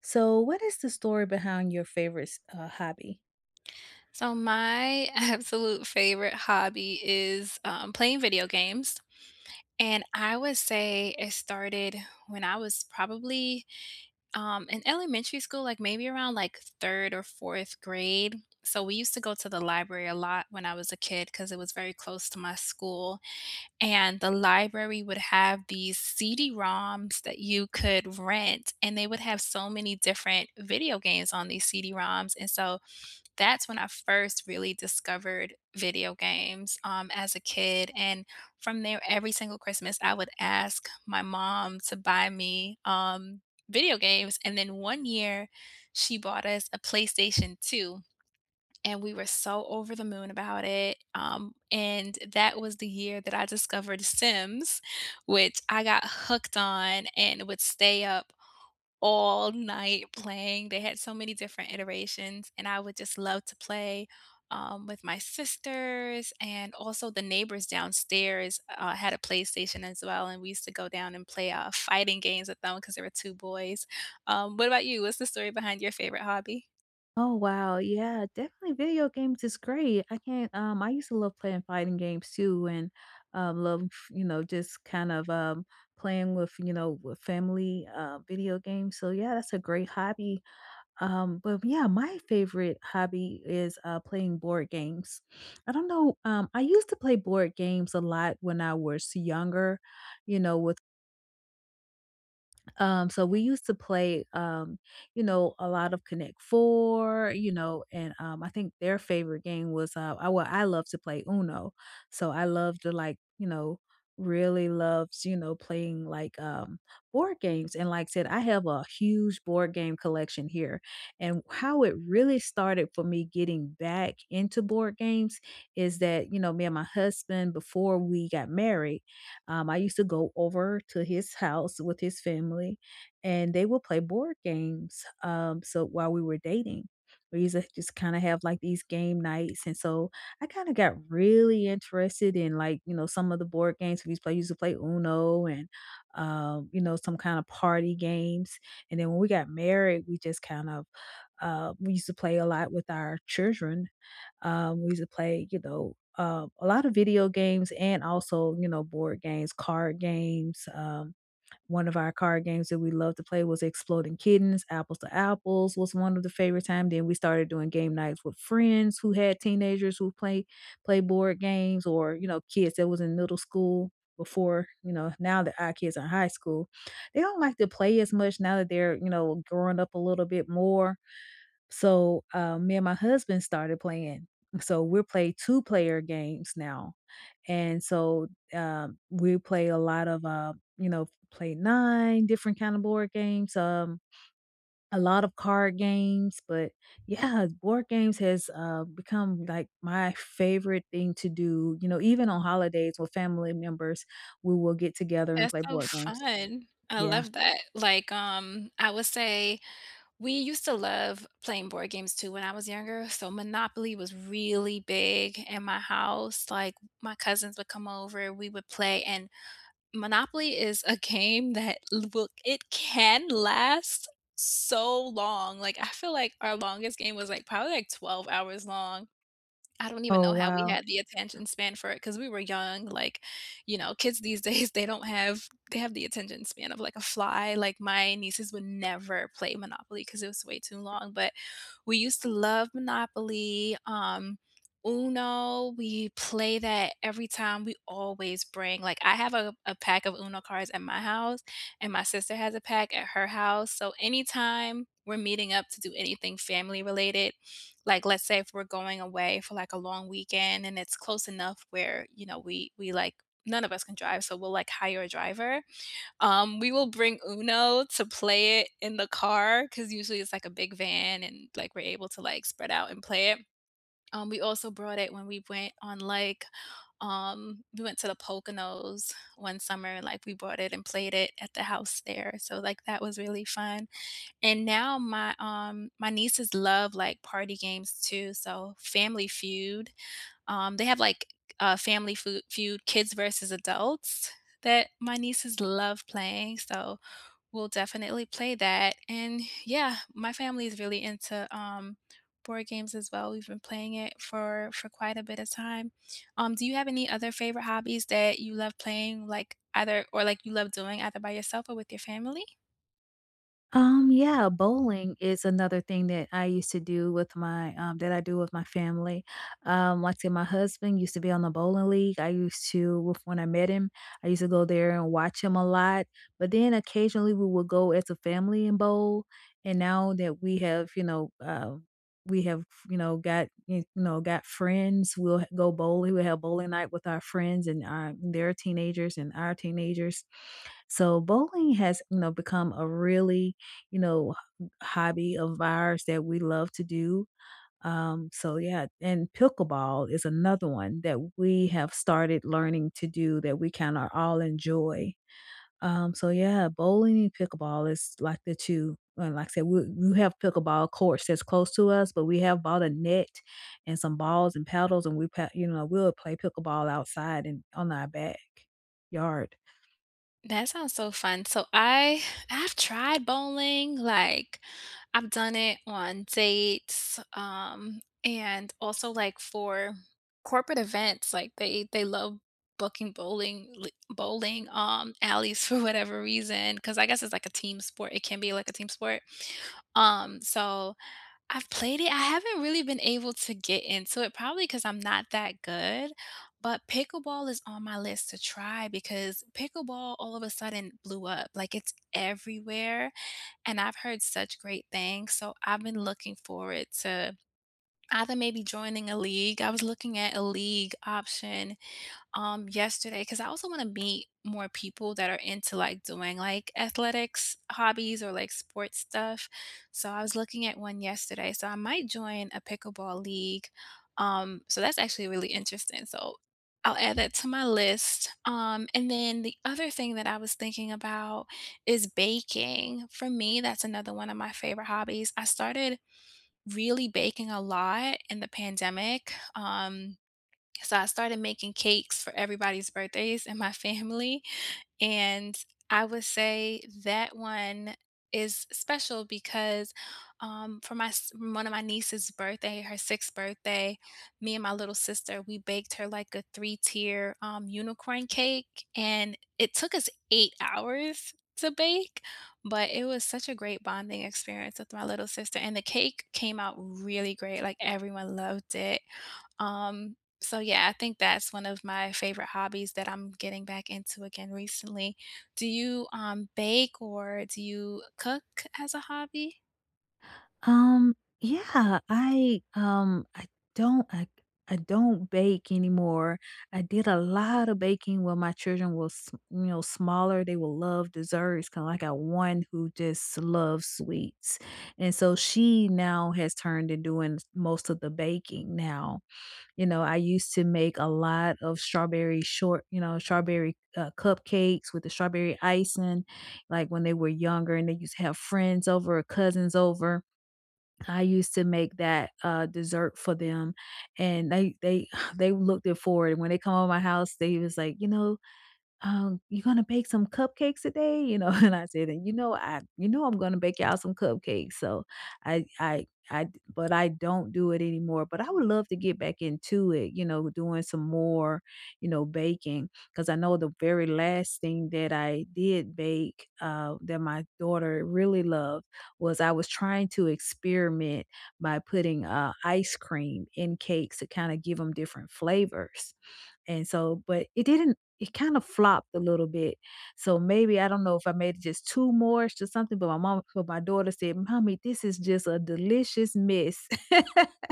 So, what is the story behind your favorite hobby? So my absolute favorite hobby is, playing video games, and I would say it started when I was probably in elementary school, like, maybe around, like, 3rd or 4th grade. So we used to go to the library a lot when I was a kid because it was very close to my school, and the library would have these CD-ROMs that you could rent, and they would have so many different video games on these CD-ROMs, and so that's when I first really discovered video games, as a kid, and from there, every single Christmas, I would ask my mom to buy me, video games, and then one year, she bought us a PlayStation 2, and we were so over the moon about it, and that was the year that I discovered Sims, which I got hooked on and would stay up all night playing. They had so many different iterations, and I would just love to play, with my sisters, and also the neighbors downstairs, had a PlayStation as well, and we used to go down and play, fighting games with them because there were 2 boys. What about you? What's the story behind your favorite hobby? Oh wow, yeah, definitely video games is great. I can't. I used to love playing fighting games too and love you know just kind of playing with with family video games. So yeah, that's a great hobby. But yeah, my favorite hobby is playing board games. I don't know, I used to play board games a lot when I was younger, you know, with. We used to play, you know, a lot of Connect Four, you know, and I think their favorite game was I love to play Uno, so I love to like, you know, really loves you know playing board games, and like I said, I have a huge board game collection here, and how it really started for me getting back into board games is that you know, me and my husband, before we got married, I used to go over to his house with his family, and they would play board games. So while we were dating, we used to just kind of have like these game nights, and so I kind of got really interested in like, you know, some of the board games we used to play. Used to play Uno and you know, some kind of party games, and then when we got married, we just we used to play a lot with our children. We used to play, you know, a lot of video games and also, you know, board games, card games. One of our card games that we loved to play was Exploding Kittens. Apples to Apples was one of the favorite time. Then we started doing game nights with friends who had teenagers who play board games, or, you know, kids that was in middle school before, you know, now that our kids are in high school. They don't like to play as much now that they're, you know, growing up a little bit more, so, me and my husband started playing. So we play two-player games now, and so, we play a lot of, play 9 different kind of board games, a lot of card games, but yeah, board games has, become, like, my favorite thing to do, you know, even on holidays with family members, we will get together and That's play so board games. fun. I Yeah. love that. Like, I would say We used to love playing board games too when I was younger, so Monopoly was really big in my house, like, my cousins would come over, we would play, and Monopoly is a game that l will it can last so long, like, I feel like our longest game was, like, probably, like, 12 hours long. I don't even know Oh, how we wow. had the attention span for it because we were young, like, you know, kids these days, they don't have they have the attention span of, like, a fly, like, my nieces would never play Monopoly because it was way too long, but we used to love Monopoly, Uno, we play that every time. We always bring like, I have a pack of Uno cards at my house, and my sister has a pack at her house, so anytime we're meeting up to do anything family related, like, let's say if we're going away for, like, a long weekend and it's close enough where, you know, we, like none of us can drive, so we'll, like, hire a driver. We will bring Uno to play it in the car because usually it's like a big van and, like, we're able to, like, spread out and play it. We also brought it when we went on, like, we went to the Poconos one summer and, like, we brought it and played it at the house there, so, like, that was really fun. And now my, my nieces love, like, party games too, so Family Feud, they have, like, Family Foo Feud Kids versus Adults that my nieces love playing, so we'll definitely play that, and yeah, my family is really into, board games as well, we've been playing it for quite a bit of time. Do you have any other favorite hobbies that you love playing, like, either or, like, you love doing either by yourself or with your family? Yeah, bowling is another thing that I do with my family. Like I said, my husband used to be on the bowling league. I used to with when I met him, I used to go there and watch him a lot. But then occasionally we would go as a family and bowl. And now that we have, you know, we have, got friends. Go bowling. We'll have bowling night with our friends and our their teenagers and our teenagers. So bowling has, you know, become a really, you know, hobby of ours that we love to do. So yeah, and pickleball is another one that we have started learning to do that we kinda all enjoy. So yeah, bowling and pickleball is like the 2, and like I said, we have pickleball courts that's close to us, but we have bought a net and some balls and paddles, and we pa you know, we'll play pickleball outside and on our back yard. That sounds so fun. I've tried bowling, like I've done it on dates, and also like for corporate events, like they love booking bowling alleys for whatever reason because I guess it's like a team sport. It can be like a team sport. So I've played it. I haven't really been able to get into it, probably because 'cause I'm not that good, but pickleball is on my list to try because pickleball all of a sudden blew up. Like, it's everywhere, and I've heard such great things, so I've been looking forward to either maybe joining a league. I was looking at a league option yesterday because I also want to meet more people that are into like doing like athletics hobbies or like sports stuff. So I was looking at one yesterday. So I might join a pickleball league. So that's actually really interesting. So I'll add that to my list. And then the other thing that I was thinking about is baking. For me, that's another one of my favorite hobbies. I started really baking a lot in the pandemic. So I started making cakes for everybody's birthdays in my family, and I would say that one is special because, for my s one of my niece's birthday, her 6th birthday, me and my little sister, we baked her, like, a three-tier, unicorn cake, and it took us 8 hours to bake, but it was such a great bonding experience with my little sister, and the cake came out really great, like, everyone loved it. Um, so yeah, I think that's one of my favorite hobbies that I'm getting back into again recently. Do you bake or do you cook as a hobby? Um, yeah, I. Don't I I don't bake anymore. I did a lot of baking when my children were, you know, smaller. They will love desserts. Kind of like I got one who just loves sweets, and so she now has turned to doing most of the baking. Now, you know, I used to make a lot of strawberry short, you know, strawberry cupcakes with the strawberry icing, like when they were younger, and they used to have friends over or cousins over. I used to make that, dessert for them, and they they looked it forward, and when they come over my house, they was like, "You know, um, you gonna bake some cupcakes today?" You know, and I said, "And you know, I you know I'm gonna bake y'all some cupcakes." So I d but I don't do it anymore, but I would love to get back into it, you know, doing some more, you know, baking. Because I know the very last thing that I did bake, that my daughter really loved was, I was trying to experiment by putting, ice cream in cakes to kinda give them different flavors, and so but it didn't it kinda flopped a little bit, so maybe I don't know if I made just 2 more or something, but my daughter said, "Mommy, this is just a delicious mess."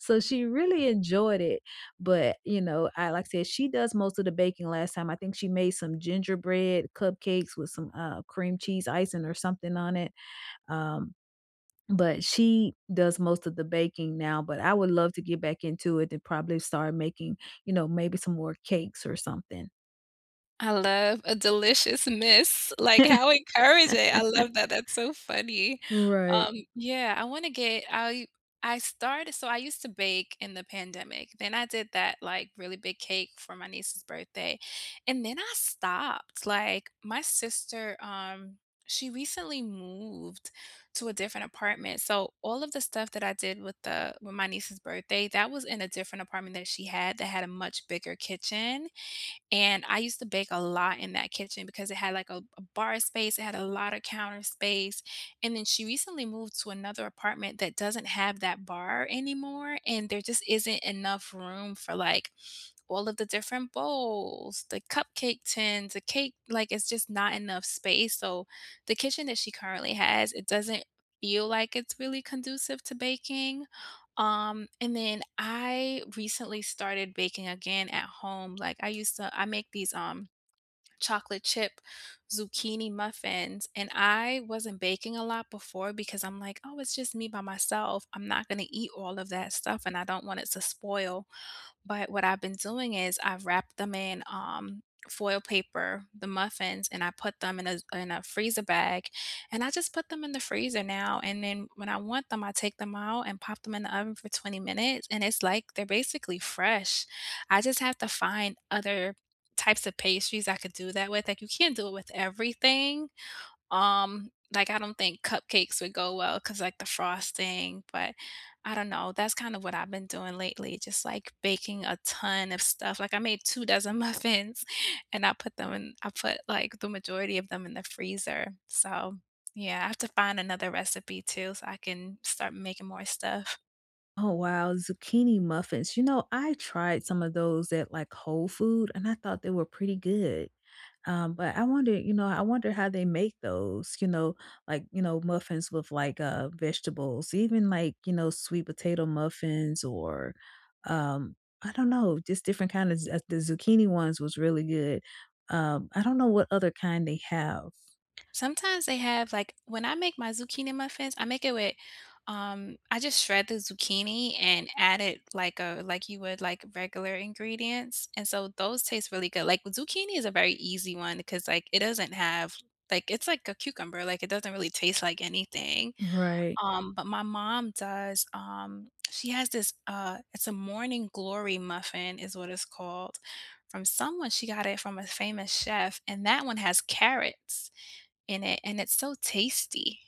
So she really enjoyed it, but, you know, I like I said, she does most of the baking last time. I think she made some gingerbread cupcakes with some, cream cheese icing or something on it, um, but she does most of the baking now, but I would love to get back into it and probably start making, you know, maybe some more cakes or something. I love a delicious miss, like, how encouraging, I love that, that's so funny. Right. Yeah, I started I used to bake in the pandemic, then I did that, like, really big cake for my niece's birthday, and then I stopped, like, my sister, she recently moved to a different apartment, so all of the stuff that I did with the with my niece's birthday, that was in a different apartment that she had that had a much bigger kitchen. And I used to bake a lot in that kitchen because it had like a bar space, it had a lot of counter space. And then she recently moved to another apartment that doesn't have that bar anymore. And there just isn't enough room for like all of the different bowls, the cupcake tins, it's just not enough space, so the kitchen that she currently has, it doesn't feel like it's really conducive to baking, and then I recently started baking again at home, like, I used to I make these, chocolate chip zucchini muffins, and I wasn't baking a lot before because I'm like, "Oh, it's just me by myself, I'm not gonna eat all of that stuff, and I don't want it to spoil." But what I've been doing is I've wrapped them in, foil paper, the muffins, and I put them in a freezer bag, and I just put them in the freezer now, and then when I want them, I take them out and pop them in the oven for 20 minutes, and it's like they're basically fresh. I just have to find other types of pastries I could do that with, like, you can't do it with everything, like, I don't think cupcakes would go well because like, the frosting, but I don't know, that's kind of what I've been doing lately, just, like, baking a ton of stuff, like, I made 2 dozen muffins, and I put, like, the majority of them in the freezer, so, yeah, I have to find another recipe too so I can start making more stuff. Oh, wow, zucchini muffins. You know, I tried some of those at, like, Whole Food, and I thought they were pretty good, but I wonder how they make those, you know, like, you know, muffins with, like, vegetables, even, like, you know, sweet potato muffins or, um, I don't know, just different kind of z the zucchini ones was really good. I don't know what other kind they have. Sometimes they have like when I make my zucchini muffins, I make it with I just shred the zucchini and add it like a like you would like regular ingredients. And so those taste really good. Like zucchini is a very easy one because like it doesn't have like it's like a cucumber, like it doesn't really taste like anything. Right. But my mom does she has this it's a morning glory muffin is what it's called from someone she got it from a famous chef and that one has carrots in it, and it's so tasty.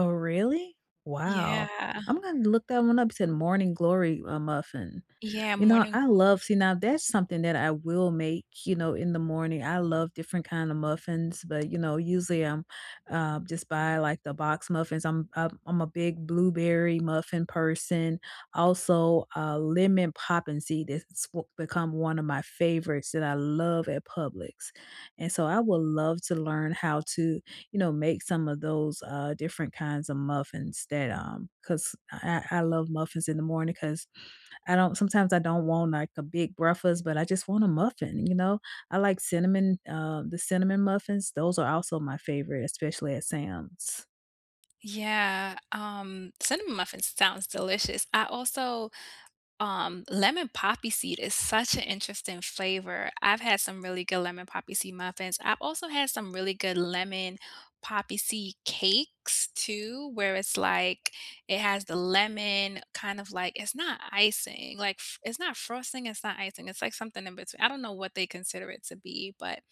Oh, really? Wow. Yeah. I'm gonna look that one up. It said Morning Glory, muffin. Yeah, You know, morning I glory. love see, now that's something that I will make, you know, in the morning. I love different kind of muffins, but, you know, usually I'm, just buy, like, the box muffins. I'm a big blueberry muffin person. Also, lemon poppin' seed, that's w become one of my favorites that I love at Publix, and so I would love to learn how to, you know, make some of those, different kinds of muffins that, because I love muffins in the morning. Because I don't sometimes I don't want, like, a big breakfast, but I just want a muffin, you know? I like cinnamon, the cinnamon muffins, those are also my favorite, especially at Sam's. Yeah, cinnamon muffins sounds delicious. I also lemon poppy seed is such an interesting flavor. I've had some really good lemon poppy seed muffins. I've also had some really good lemon poppy seed cakes too, where it's like it has the lemon kind of like it's not frosting, it's not icing. It's like something in between. I don't know what they consider it to be, but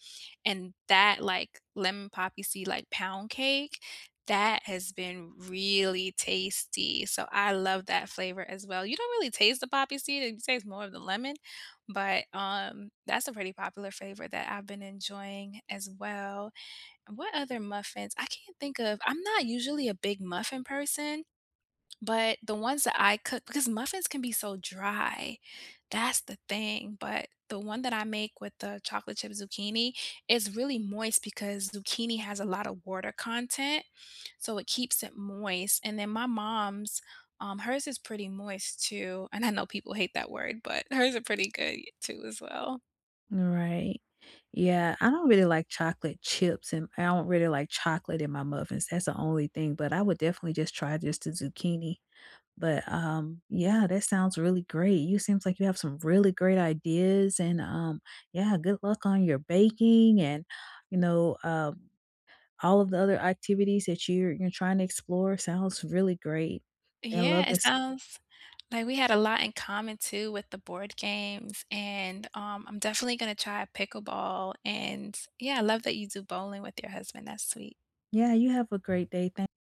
and that like lemon poppy seed like pound cake that has been really tasty, so I love that flavor as well. You don't really taste the poppy seed, you taste more of the lemon, but, that's a pretty popular flavor that I've been enjoying as well. And what other muffins? I can't think of I'm not usually a big muffin person, but the ones that I cook because muffins can be so dry, that's the thing, but the one that I make with the chocolate chip zucchini is really moist because zucchini has a lot of water content so it keeps it moist. And then my mom's, hers is pretty moist too. And I know people hate that word, but hers are pretty good too as well. Right. Yeah, I don't really like chocolate chips, and I don't really like chocolate in my muffins, that's the only thing, but I would definitely just try just the zucchini. But, yeah, that sounds really great. You seems like you have some really great ideas and, yeah, good luck on your baking and, you know, all of the other activities that you're trying to explore sounds really great. And I love Yeah, it this. sounds like we had a lot in common too with the board games, and I'm definitely gonna try pickleball. And yeah, I love that you do bowling with your husband. That's sweet. Yeah, you have a great day. Thank